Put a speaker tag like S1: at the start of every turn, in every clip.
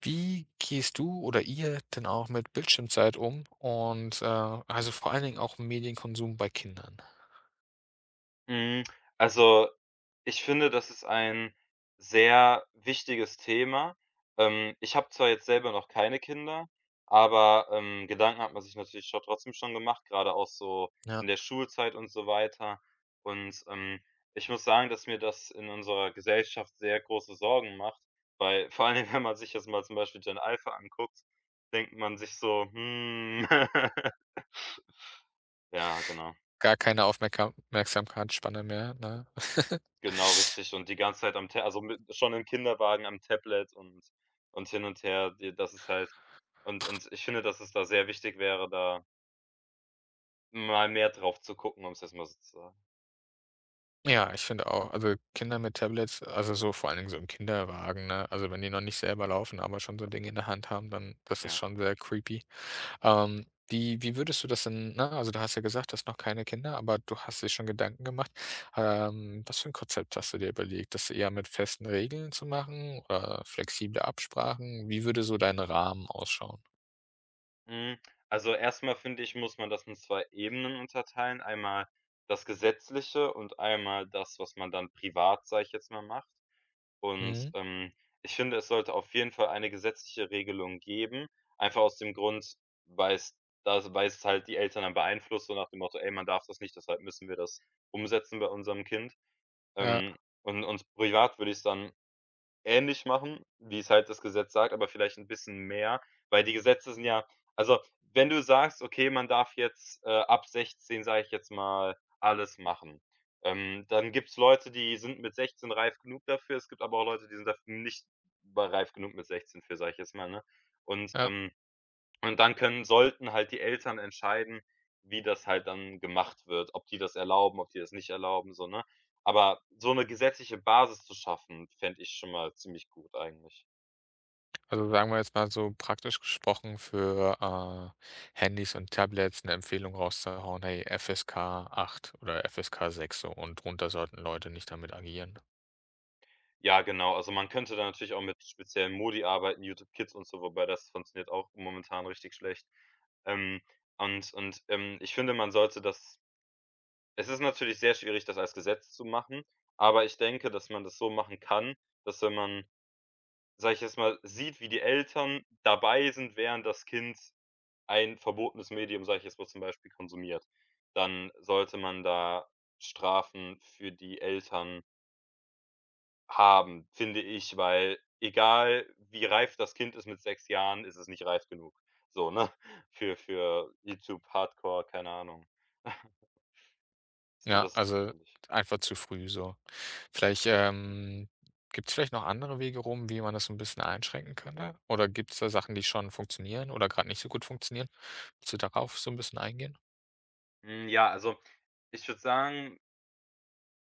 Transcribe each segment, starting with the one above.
S1: Wie gehst du oder ihr denn auch mit Bildschirmzeit um und, also, vor allen Dingen auch Medienkonsum bei Kindern?
S2: Hm, also, ich finde, das ist ein sehr wichtiges Thema. Ich habe zwar jetzt selber noch keine Kinder, aber, Gedanken hat man sich natürlich schon trotzdem schon gemacht, gerade auch so
S1: Ja,
S2: in der Schulzeit und so weiter. Und, ich muss sagen, dass mir das in unserer Gesellschaft sehr große Sorgen macht, weil vor allen Dingen, wenn man sich jetzt mal zum Beispiel Gen Alpha anguckt, denkt man sich so: „Hm." Ja, genau.
S1: gar keine Aufmerka merksamkeitsspanne mehr, ne?
S2: Genau, richtig. Und die ganze Zeit mit schon im Kinderwagen am Tablet und hin und her. D das ist halt und ich finde, dass es da sehr wichtig wäre, da mal mehr drauf zu gucken, um's jetzt mal so zu sagen.
S1: Ja, ich finde auch, also, Kinder mit Tablets also, so vor allen Dingen so im Kinderwagen, ne? Also, wenn die noch nicht selber laufen, aber schon so Dinge in der Hand haben, dann das ist
S2: Ja.
S1: schon sehr creepy. Wie würdest du das denn ne, also du hast ja gesagt, du hast noch keine Kinder, aber du hast dir schon Gedanken gemacht. Was für ein Konzept hast du dir überlegt, das eher mit festen Regeln zu machen oder flexible Absprachen? Wie würde so dein Rahmen ausschauen?
S2: Hm, also, erstmal finde ich, muss man das in 2 Ebenen unterteilen. Einmal das Gesetzliche und einmal das, was man dann privat, sage ich jetzt mal, macht. Und,
S1: Mhm.
S2: ich finde, es sollte auf jeden Fall eine gesetzliche Regelung geben, einfach aus dem Grund, weil es weil es halt die Eltern dann beeinflusst, so nach dem Motto: „Ey, man darf das nicht, deshalb müssen wir das umsetzen bei unserem Kind."
S1: Ja,
S2: Ähm, und privat würde ich's dann ähnlich machen, wie es halt das Gesetz sagt, aber vielleicht 'n bisschen mehr, weil die Gesetze sind ja also, wenn du sagst: „Okay, man darf jetzt, ab 16, sage ich jetzt mal, alles machen", dann gibt's Leute, die sind mit 16 reif genug dafür. Es gibt aber auch Leute, die sind daf nicht bei reif genug mit 16 für, sage ich jetzt mal, ne? Und,
S1: ja.
S2: ähm und dann können sollten halt die Eltern entscheiden, wie das halt dann gemacht wird, ob die das erlauben, ob die das nicht erlauben, so, ne? Aber so 'ne gesetzliche Basis zu schaffen, fände ich schon mal ziemlich gut eigentlich.
S1: Also, sagen wir jetzt mal so praktisch gesprochen für, Handys und Tablets eine Empfehlung rauszuhauen: „Hey, FSK 8 oder FSK 6 so und drunter sollten Leute nicht damit agieren.“
S2: Ja, genau. Also, man könnte da natürlich auch mit speziellen Modi arbeiten, YouTube Kids und so, wobei das funktioniert auch momentan richtig schlecht. Ähm, ich finde, man sollte das es ist natürlich sehr schwierig, das als Gesetz zu machen, aber ich denke, dass man das so machen kann, dass wenn man sage ich jetzt mal, sieht, wie die Eltern dabei sind, während das Kind ein verbotenes Medium, sage ich jetzt mal zum Beispiel, konsumiert. Dann sollte man da Strafen für die Eltern haben, finde ich, weil egal, wie reif das Kind ist mit 6 Jahren, ist es nicht reif genug. So, ne? Für YouTube Hardcore, keine Ahnung. So,
S1: Ja,
S2: das
S1: also
S2: finde ich.
S1: einfach zu früh so. Vielleicht, gibt's vielleicht noch andere Wege rum, wie man das so ein bisschen einschränken könnte? Oder gibt's da Sachen, die schon funktionieren oder gerade nicht so gut funktionieren? Willst du darauf so ein bisschen eingehen?
S2: Hm, ja, also, ich würde sagen,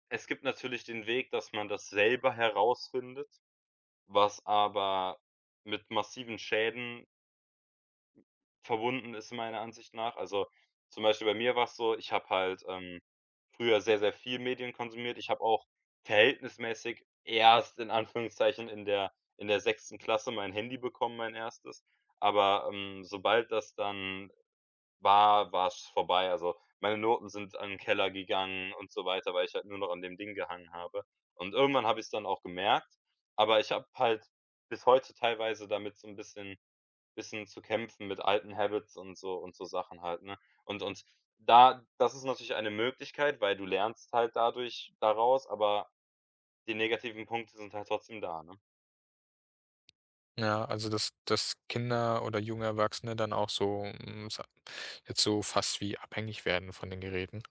S2: es gibt natürlich den Weg, dass man das selber herausfindet, was aber mit massiven Schäden verbunden ist meiner Ansicht nach. Also, zum Beispiel bei mir war es so, ich habe halt, früher sehr, sehr viel Medien konsumiert. Ich habe auch verhältnismäßig erst in Anführungszeichen in der sechsten Klasse mein Handy bekommen, mein erstes. Aber, sobald das dann war's vorbei. Also, meine Noten sind an den Keller gegangen und so weiter, weil ich halt nur noch an dem Ding gehangen habe. Und irgendwann habe ich's dann auch gemerkt, aber ich habe halt bis heute teilweise damit so 'n bisschen zu kämpfen mit alten Habits und so Sachen halt, ne? Und da das ist natürlich eine Möglichkeit, weil du lernst halt dadurch daraus, aber die negativen Punkte sind halt trotzdem da, ne?
S1: Ja, also dass Kinder oder junge Erwachsene dann auch so, sa jetzt so fast wie abhängig werden von den Geräten.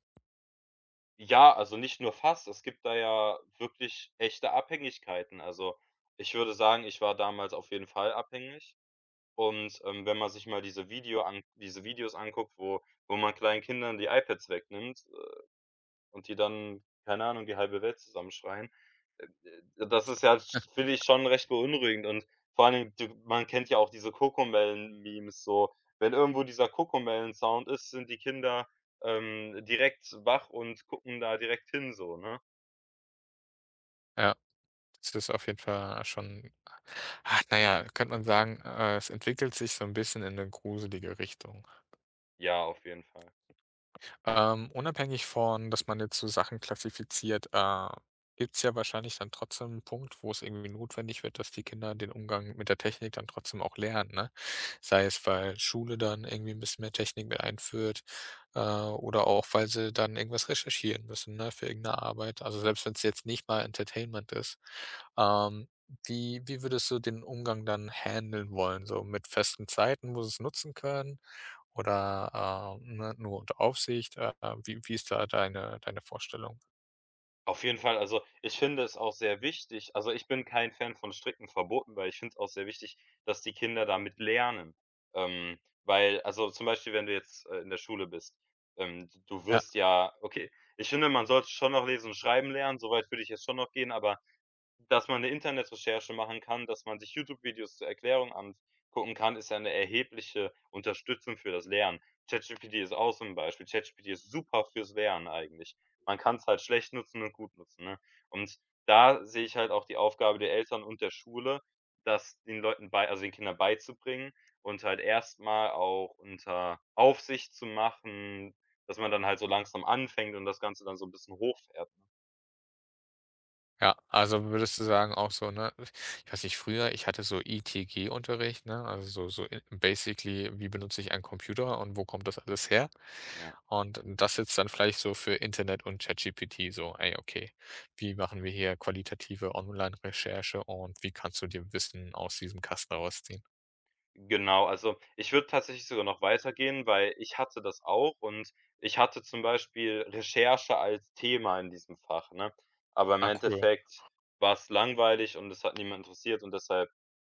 S2: Ja, also nicht nur fast, es gibt da ja wirklich echte Abhängigkeiten. Also, ich würde sagen, ich war damals auf jeden Fall abhängig und, wenn man sich mal diese Videos anguckt, wo man kleinen Kindern die iPads wegnimmt und die dann, keine Ahnung, die halbe Welt zusammenschreien. Äh, das ist ja, finde ich, schon recht beunruhigend und vor allen Dingen, du man kennt ja auch diese Kokomellen-Memes so. Wenn irgendwo dieser Kokomellen-Sound ist, sind die Kinder, direkt wach und gucken da direkt hin so, ne?
S1: Ja, das ist auf jeden Fall schon ah, na ja, könnte man sagen, es entwickelt sich so ein bisschen in eine gruselige Richtung.
S2: Ja, auf jeden Fall.
S1: Unabhängig von, dass man jetzt so Sachen klassifiziert, gibt es ja wahrscheinlich dann trotzdem einen Punkt, wo es irgendwie notwendig wird, dass die Kinder den Umgang mit der Technik dann trotzdem auch lernen, ne? Sei es, weil Schule dann irgendwie ein bisschen mehr Technik mit einführt, oder auch, weil sie dann irgendwas recherchieren müssen, ne, für irgendeine Arbeit. Also, selbst wenn es jetzt nicht mal Entertainment ist. Ähm, wie würdest du den Umgang dann handeln wollen? So mit festen Zeiten, wo sie es nutzen können? Oder, ne, nur unter Aufsicht? Wie ist da deine Vorstellung?
S2: Auf jeden Fall, also, ich finde es auch sehr wichtig also, ich bin kein Fan von strikten Verboten, weil ich finde es auch sehr wichtig, dass die Kinder damit lernen. Weil also, zum Beispiel, wenn du jetzt, in der Schule bist, d du
S1: Ja,
S2: wirst ja, okay, ich finde, man sollte schon noch lesen und schreiben lernen. Soweit würde ich jetzt schon noch gehen, aber dass man 'ne Internetrecherche machen kann, dass man sich YouTube-Videos zur Erklärung angucken kann, ist ja 'ne erhebliche Unterstützung für das Lernen. ChatGPT ist auch so 'n Beispiel. ChatGPT ist super fürs Lernen eigentlich. Man kann's halt schlecht nutzen und gut nutzen, ne? Und da sehe ich halt auch die Aufgabe der Eltern und der Schule, das den Leuten bei also den Kindern beizubringen und halt erst mal auch unter Aufsicht zu machen, dass man dann halt so langsam anfängt und das Ganze dann so 'n bisschen hochfährt, ne?
S1: ja. Also, würdest du sagen auch so, ne ich weiß nicht, früher, ich hatte so ITG-Unterricht, ne, also so i basically, wie benutze ich einen Computer und wo kommt das alles her?
S2: Ja.
S1: Und das jetzt dann vielleicht so für Internet und ChatGPT so: „Ey, okay, wie machen wir hier qualitative Online-Recherche und wie kannst du dir Wissen aus diesem Kasten rausziehen?“
S2: Genau, also ich würde tatsächlich sogar noch weitergehen, weil ich hatte das auch und ich hatte zum Beispiel Recherche als Thema in diesem Fach, ne? Aber im
S1: Ah, cool.
S2: Endeffekt war es langweilig und es hat niemand interessiert und deshalb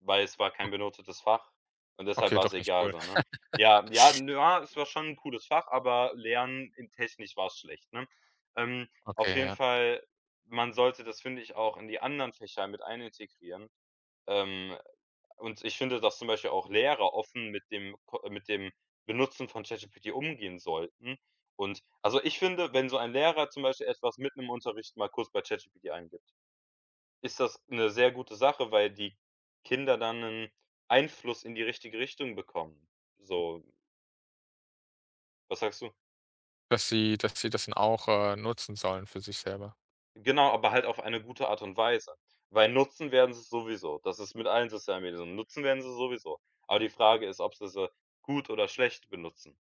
S2: weil es war
S1: O
S2: kein benotetes Fach und deshalb
S1: Okay,
S2: war es
S1: doch nicht
S2: egal
S1: cool.
S2: so, ne? Ja, ja, ja, es war schon ein cooles Fach, aber Lernen in technisch war es schlecht, ne? Ähm, auf
S1: Okay,
S2: jeden
S1: ja.
S2: Fall, man sollte das, finde ich, auch in die anderen Fächer mit einintegrieren. Ähm und ich finde, dass zum Beispiel auch Lehrer offen mit dem Benutzen von ChatGPT umgehen sollten. Und also, ich finde, wenn so ein Lehrer zum Beispiel etwas mitten im Unterricht mal kurz bei ChatGPT eingibt, ist das eine sehr gute Sache, weil die Kinder dann einen Einfluss in die richtige Richtung bekommen. So, was sagst du?
S1: Dass sie das dann auch, nutzen sollen für sich selber.
S2: Genau, aber halt auf eine gute Art und Weise, weil nutzen werden sie's sowieso. Das ist mit allen sozialen Medien so. Nutzen werden sie es sowieso. Aber die Frage ist, ob sie sie gut oder schlecht benutzen.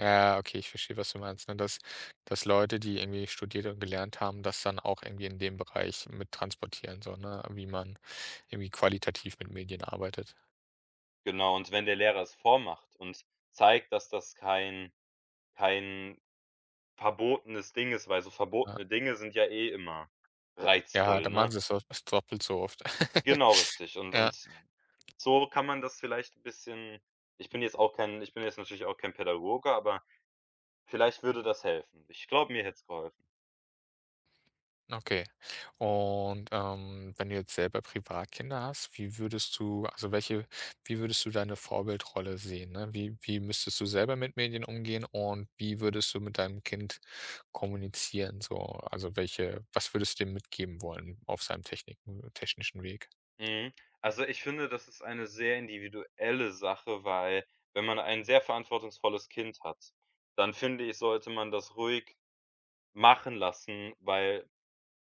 S1: Ja, okay, ich verstehe, was du meinst, ne, dass Leute, die irgendwie studiert und gelernt haben, das dann auch irgendwie in dem Bereich mit transportieren, so, ne, wie man irgendwie qualitativ mit Medien arbeitet.
S2: Genau, und wenn der Lehrer es vormacht und zeigt, dass das kein verbotenes Ding ist, weil so
S1: Ja,
S2: verbotene Dinge sind ja eh immer, ja,
S1: ja,
S2: reizvoll,
S1: dann machen
S2: ne?
S1: sie's doch doppelt so oft.
S2: Genau, richtig. Und
S1: Ja.
S2: und so kann man das vielleicht 'n bisschen. Ich bin jetzt natürlich auch kein Pädagoge, aber vielleicht würde das helfen. Ich glaube, mir hätt's geholfen.
S1: Okay. Und, wenn du jetzt selber Privatkinder hast, wie würdest du deine Vorbildrolle sehen, ne? Wie müsstest du selber mit Medien umgehen und wie würdest du mit deinem Kind kommunizieren so? Also, welche was würdest du dem mitgeben wollen auf seinem techniken technischen Weg?
S2: Mhm. Also, ich finde, das ist eine sehr individuelle Sache, weil wenn man ein sehr verantwortungsvolles Kind hat, dann finde ich, sollte man das ruhig machen lassen, weil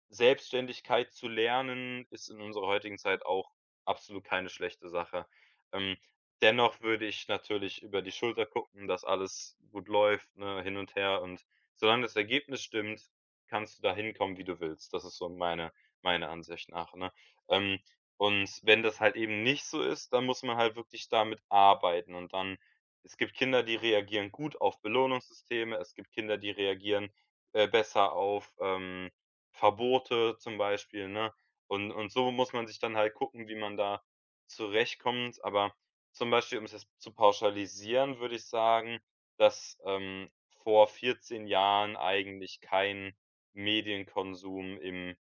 S2: Selbstständigkeit zu lernen, ist in unserer heutigen Zeit auch absolut keine schlechte Sache. Ähm, dennoch würde ich natürlich über die Schulter gucken, dass alles gut läuft, ne, hin und her und solange das Ergebnis stimmt, kannst du da hinkommen, wie du willst. Das ist so meine Ansicht nach, ne? Ähm, und wenn das halt eben nicht so ist, dann muss man halt wirklich damit arbeiten und dann es gibt Kinder, die reagieren gut auf Belohnungssysteme, es gibt Kinder, die reagieren, besser auf, Verbote zum Beispiel, ne? Und so muss man sich dann halt gucken, wie man da zurechtkommt. Aber zum Beispiel, um's jetzt zu pauschalisieren, würde ich sagen, dass, vor 14 Jahren eigentlich kein Medienkonsum im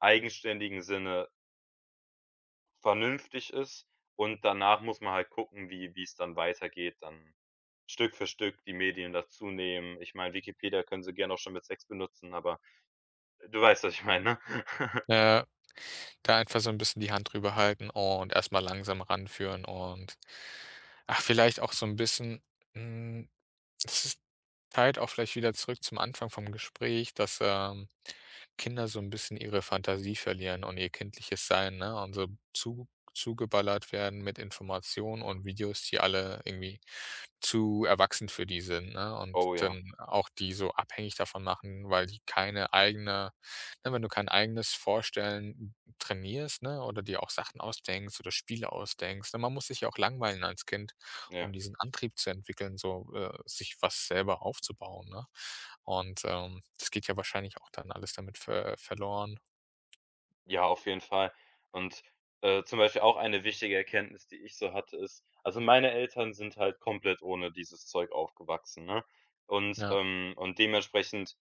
S2: eigenständigen Sinne vernünftig ist und danach muss man halt gucken, wie es dann weitergeht, dann Stück für Stück die Medien dazunehmen. Ich meine, Wikipedia können sie gern auch schon mit 6 benutzen, aber du weißt, was ich meine, ne?
S1: Äh, Da einfach so ein bisschen die Hand drüber halten und erstmal langsam ranführen und, ach, vielleicht auch so ein bisschen. hm Es ist halt auch vielleicht wieder zurück zum Anfang vom Gespräch, dass, Kinder so ein bisschen ihre Fantasie verlieren und ihr kindliches Sein, ne, und so zu zugeballert werden mit Informationen und Videos, die alle irgendwie zu erwachsen für die sind, ne, und
S2: Oh ja,
S1: dann auch die so abhängig davon machen, weil die keine eigene ne, wenn du kein eigenes Vorstellen trainierst, ne, oder dir auch Sachen ausdenkst oder Spiele ausdenkst, ne? Man muss sich ja auch langweilen als Kind
S2: ja.
S1: um diesen Antrieb zu entwickeln, so, sich was selber aufzubauen, ne? Und, das geht ja wahrscheinlich auch dann alles damit verloren.
S2: Ja, auf jeden Fall. Und, zum Beispiel auch eine wichtige Erkenntnis, die ich so hatte, ist also, meine Eltern sind halt komplett ohne dieses Zeug aufgewachsen, ne? Und,
S1: Ja.
S2: ähm und dementsprechend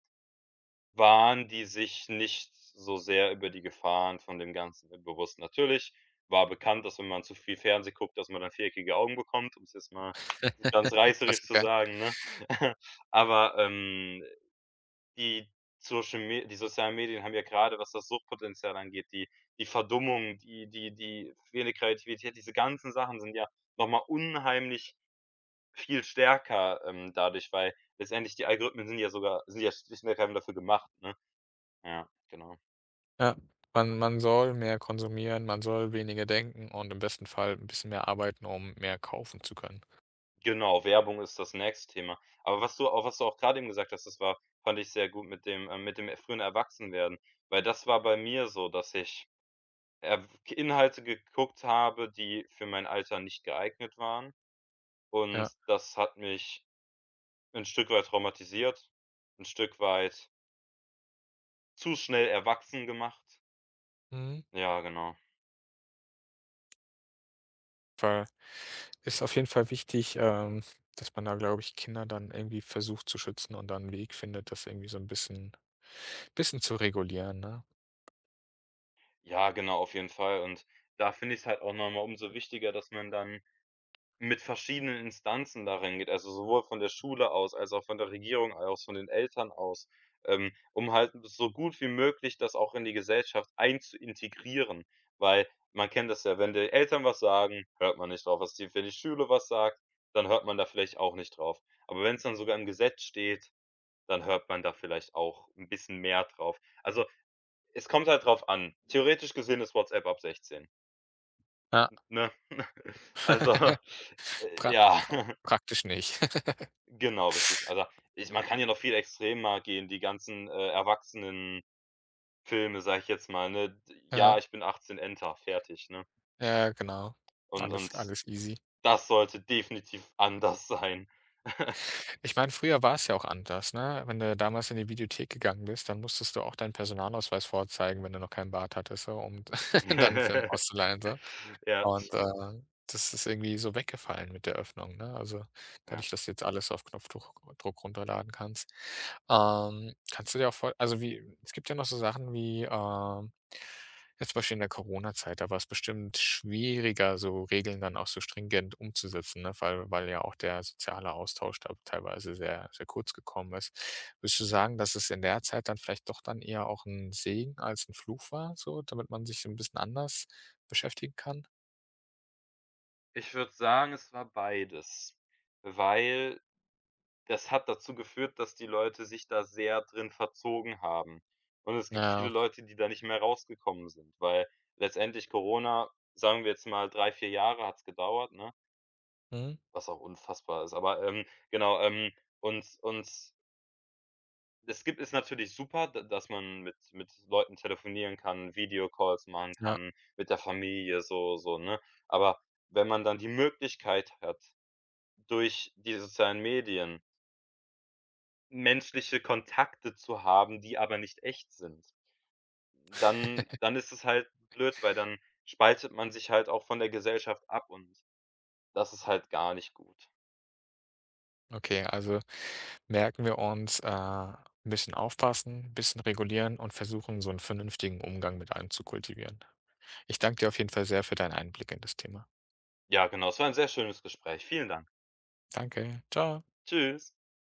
S2: waren die sich nicht so sehr über die Gefahren von dem Ganzen bewusst. Natürlich war bekannt, dass wenn man zu viel Fernseh guckt, dass man dann viereckige Augen bekommt, um es jetzt mal ganz reißerisch zu
S1: Klassiker.
S2: sagen, ne? Aber, die Social Me die sozialen Medien haben ja gerade was das Suchtpotenzial angeht, die Verdummung, die fehlende Kreativität, diese ganzen Sachen sind ja noch mal unheimlich viel stärker, dadurch, weil letztendlich die Algorithmen sind ja schlicht und ergreifend dafür gemacht, ne? Ja, genau.
S1: Ja. Man soll mehr konsumieren, man soll weniger denken und im besten Fall ein bisschen mehr arbeiten, um mehr kaufen zu können.
S2: Genau, Werbung ist das nächste Thema. Aber was du auch grade eben gesagt hast, das war fand ich sehr gut mit dem frühen Erwachsenwerden, weil das war bei mir so, dass ich Inhalte geguckt habe, die für mein Alter nicht geeignet waren.
S1: Ja,
S2: Und das hat mich ein Stück weit traumatisiert, ein Stück weit zu schnell erwachsen gemacht.
S1: mhm.
S2: Ja, genau.
S1: Voll. Ist auf jeden Fall wichtig, dass man da, glaube ich, Kinder dann irgendwie versucht zu schützen und dann einen Weg findet, das irgendwie so ein bisschen zu regulieren, ne?
S2: Ja, genau, auf jeden Fall. Und da finde ich's halt auch nochmal umso wichtiger, dass man dann mit verschiedenen Instanzen darin geht, also sowohl von der Schule aus, als auch von der Regierung aus, von den Eltern aus, um halt so gut wie möglich das auch in die Gesellschaft einzuintegrieren. Weil man kennt das ja, wenn die Eltern was sagen, hört man nicht drauf. Was die Wenn die Schule was sagt, dann hört man da vielleicht auch nicht drauf. Aber wenn es dann sogar im Gesetz steht, dann hört man da vielleicht auch ein bisschen mehr drauf. Also, es kommt halt drauf an. Theoretisch gesehen ist WhatsApp ab 16,
S1: Ja.
S2: ne? Also,
S1: Pra
S2: ja.
S1: pra praktisch nicht.
S2: Genau, richtig. Also, ich man kann ja noch viel extremer gehen, die ganzen, erwachsenen Filme sage ich jetzt mal, ne? D „Ja,
S1: Ja,
S2: ich bin 18, Enter", fertig, ne?
S1: ja, genau.
S2: Und
S1: Alles
S2: und
S1: alles easy.
S2: das sollte definitiv anders sein.
S1: Ich meine, früher war es ja auch anders, ne? Wenn du damals in die Videothek gegangen bist, dann musstest du auch deinen Personalausweis vorzeigen, wenn du noch keinen Bart hattest, so, um dann 'n Film auszuleihen, so.
S2: Ja,
S1: Und,
S2: stimmt,
S1: das ist irgendwie so weggefallen mit der Öffnung, ne? Also,
S2: ja.
S1: dadurch, dass du jetzt alles auf Knopfdruck Druck runterladen kannst. Kannst du dir auch vor also, wie es gibt ja noch so Sachen wie, jetzt zum Beispiel in der Corona-Zeit, da war es bestimmt schwieriger, so Regeln dann auch so stringent umzusetzen, ne, weil ja auch der soziale Austausch da teilweise sehr, sehr kurz gekommen ist. Würdest du sagen, dass es in der Zeit dann vielleicht doch dann eher auch ein Segen als ein Fluch war so, damit man sich so ein bisschen anders beschäftigen kann?
S2: Ich würde sagen, es war beides, weil das hat dazu geführt, dass die Leute sich da sehr drin verzogen haben. Und es gibt viele
S1: Ja,
S2: Leute, die da nicht mehr rausgekommen sind, weil letztendlich Corona, sagen wir jetzt mal 3 4 Jahre hat es gedauert, ne?
S1: mhm,
S2: Was auch unfassbar ist. Aber, genau, und es gibt es natürlich super, d dass man mit Leuten telefonieren kann, Videocalls machen
S1: ja.
S2: kann, mit der Familie, so so, ne? Aber wenn man dann die Möglichkeit hat, durch die sozialen Medien menschliche Kontakte zu haben, die aber nicht echt sind, dann dann ist es halt blöd, weil dann spaltet man sich halt auch von der Gesellschaft ab und das ist halt gar nicht gut.
S1: Okay, also merken wir uns, 'n bisschen aufpassen, ein bisschen regulieren und versuchen, so einen vernünftigen Umgang mit allem zu kultivieren. Ich danke dir auf jeden Fall sehr für deinen Einblick in das Thema.
S2: Ja, genau, es war ein sehr schönes Gespräch. Vielen Dank.
S1: Danke, ciao
S2: Tschüss.